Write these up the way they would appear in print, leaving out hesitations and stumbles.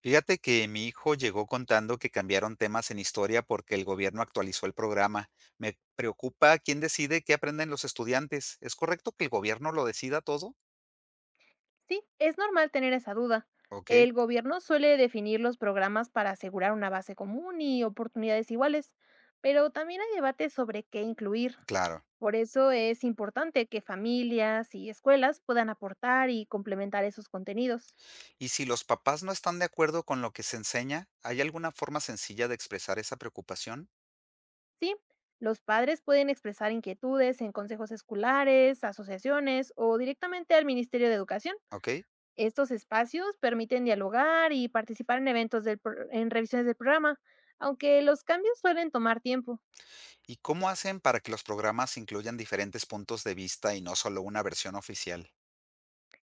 Fíjate que mi hijo llegó contando que cambiaron temas en historia porque el gobierno actualizó el programa. Me preocupa quién decide qué aprenden los estudiantes. ¿Es correcto que el gobierno lo decida todo? Sí, es normal tener esa duda. Ok, El gobierno suele definir los programas para asegurar una base común y oportunidades iguales, pero también hay debates sobre qué incluir. claro. Por eso es importante que familias y escuelas puedan aportar y complementar esos contenidos. Y si los papás no están de acuerdo con lo que se enseña, ¿hay alguna forma sencilla de expresar esa preocupación? Sí, los padres pueden expresar inquietudes en consejos escolares, asociaciones o directamente al Ministerio de Educación. Ok. Estos espacios permiten dialogar y participar en en revisiones del programa, aunque los cambios suelen tomar tiempo. ¿Y cómo hacen para que los programas incluyan diferentes puntos de vista y no solo una versión oficial?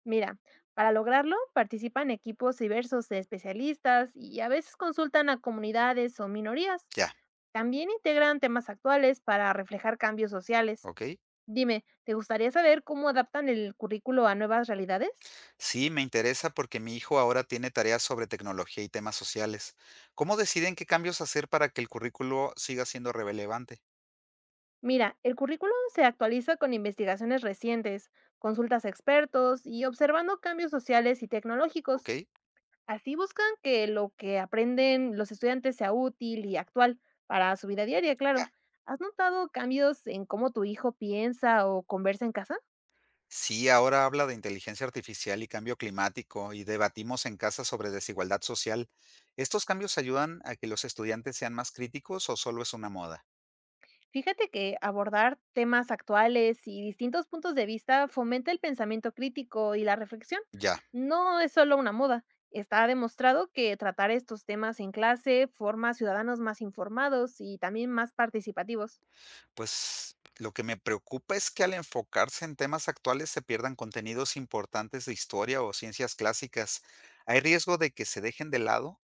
Mira, para lograrlo participan equipos diversos de especialistas y a veces consultan a comunidades o minorías. Ya, También integran temas actuales para reflejar cambios sociales. ok. Dime, ¿te gustaría saber cómo adaptan el currículo a nuevas realidades? Sí, me interesa porque mi hijo ahora tiene tareas sobre tecnología y temas sociales. ¿Cómo deciden qué cambios hacer para que el currículo siga siendo relevante? Mira, el currículo se actualiza con investigaciones recientes, consultas a expertos y observando cambios sociales y ¿Ok? tecnológicos. Así buscan que lo que aprenden los estudiantes sea útil y actual para su vida diaria, Ya. claro. ¿Has notado cambios en cómo tu hijo piensa o conversa en casa? Sí, ahora habla de inteligencia artificial y cambio climático y debatimos en casa sobre desigualdad social. ¿Estos cambios ayudan a que los estudiantes sean más críticos o solo es una moda? Fíjate que abordar temas actuales y distintos puntos de vista fomenta el pensamiento crítico y la reflexión. Ya, No es solo una moda. Está demostrado que tratar estos temas en clase forma ciudadanos más informados y también más participativos. pues lo que me preocupa es que al enfocarse en temas actuales se pierdan contenidos importantes de historia o ciencias clásicas. ¿Hay riesgo de que se dejen de lado?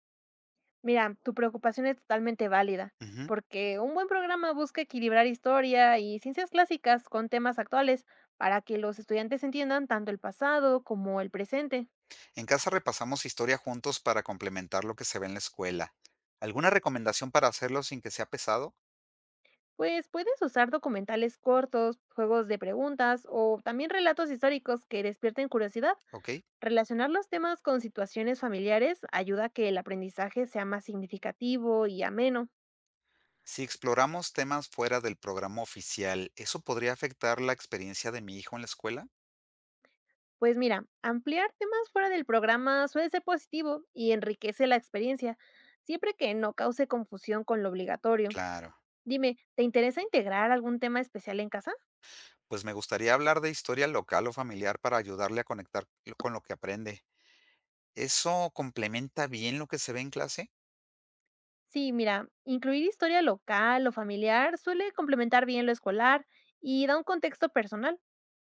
Mira, tu preocupación es totalmente válida, Ujú. porque un buen programa busca equilibrar historia y ciencias clásicas con temas actuales para que los estudiantes entiendan tanto el pasado como el presente. En casa repasamos historia juntos para complementar lo que se ve en la escuela. ¿Alguna recomendación para hacerlo sin que sea pesado? Pues puedes usar documentales cortos, juegos de preguntas o también relatos históricos que despierten curiosidad. ¿Ok? Relacionar los temas con situaciones familiares ayuda a que el aprendizaje sea más significativo y ameno. Si exploramos temas fuera del programa oficial, ¿eso podría afectar la experiencia de mi hijo en la escuela? Pues mira, ampliar temas fuera del programa suele ser positivo y enriquece la experiencia, siempre que no cause confusión con lo obligatorio. Claro. Dime, ¿te interesa integrar algún tema especial en casa? Pues me gustaría hablar de historia local o familiar para ayudarle a conectar con lo que aprende. ¿Eso complementa bien lo que se ve en clase? Sí, mira, incluir historia local o familiar suele complementar bien lo escolar y da un contexto personal.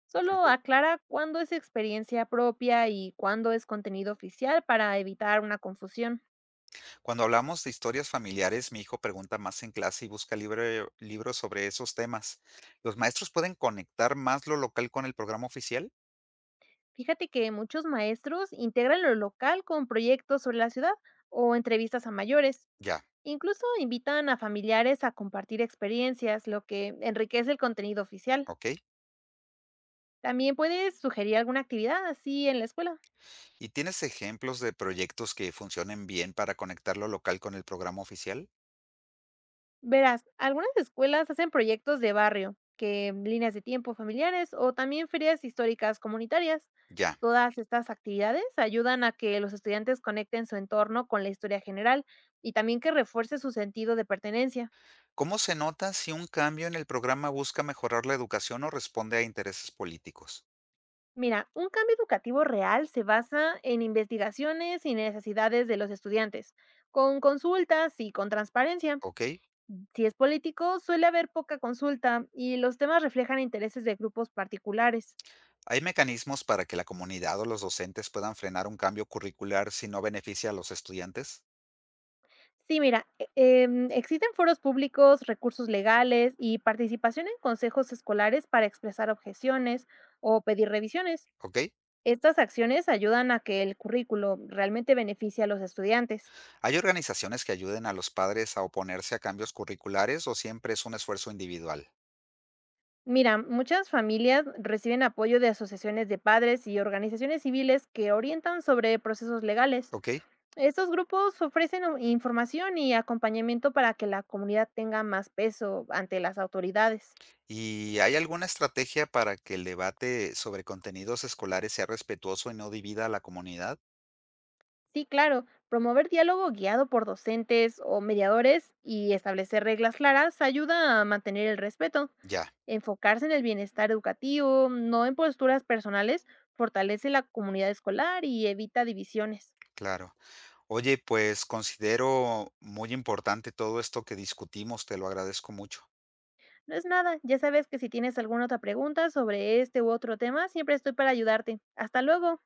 Solo Ok. aclara cuándo es experiencia propia y cuándo es contenido oficial para evitar una confusión. Cuando hablamos de historias familiares, mi hijo pregunta más en clase y busca libros sobre esos temas. ¿Los maestros pueden conectar más lo local con el programa oficial? Fíjate que muchos maestros integran lo local con proyectos sobre la ciudad o entrevistas a mayores. Ya, Incluso invitan a familiares a compartir experiencias, lo que enriquece el contenido oficial. ok. También puedes sugerir alguna actividad así en la escuela. ¿Y tienes ejemplos de proyectos que funcionen bien para conectar lo local con el programa oficial? Verás, algunas escuelas hacen proyectos de barrio, que líneas de tiempo familiares o también ferias históricas comunitarias. Ya. Todas estas actividades ayudan a que los estudiantes conecten su entorno con la historia general y también que refuerce su sentido de pertenencia. ¿Cómo se nota si un cambio en el programa busca mejorar la educación o responde a intereses políticos? Mira, un cambio educativo real se basa en investigaciones y necesidades de los estudiantes, con consultas y con transparencia. Ok. Si es político, suele haber poca consulta y los temas reflejan intereses de grupos particulares. ¿Hay mecanismos para que la comunidad o los docentes puedan frenar un cambio curricular si no beneficia a los estudiantes? Sí, mira, existen foros públicos, recursos legales y participación en consejos escolares para expresar objeciones o pedir revisiones. ¿Ok? Estas acciones ayudan a que el currículo realmente beneficie a los estudiantes. ¿Hay organizaciones que ayuden a los padres a oponerse a cambios curriculares o siempre es un esfuerzo individual? Mira, muchas familias reciben apoyo de asociaciones de padres y organizaciones civiles que orientan sobre procesos legales. ¿Ok? Estos grupos información y acompañamiento para que la comunidad tenga más peso ante las autoridades. ¿Y hay alguna estrategia para que el debate sobre contenidos escolares sea respetuoso y no divida a la comunidad? Sí, claro, promover diálogo guiado por docentes o mediadores y establecer reglas claras ayuda a mantener el respeto. Ya, Enfocarse en el bienestar educativo, no en posturas personales, fortalece la comunidad escolar y evita divisiones. claro. Oye, pues considero muy importante todo esto que discutimos, te lo agradezco mucho. No es nada, ya sabes que si tienes alguna otra pregunta sobre este u otro tema, siempre estoy para ayudarte. Hasta luego.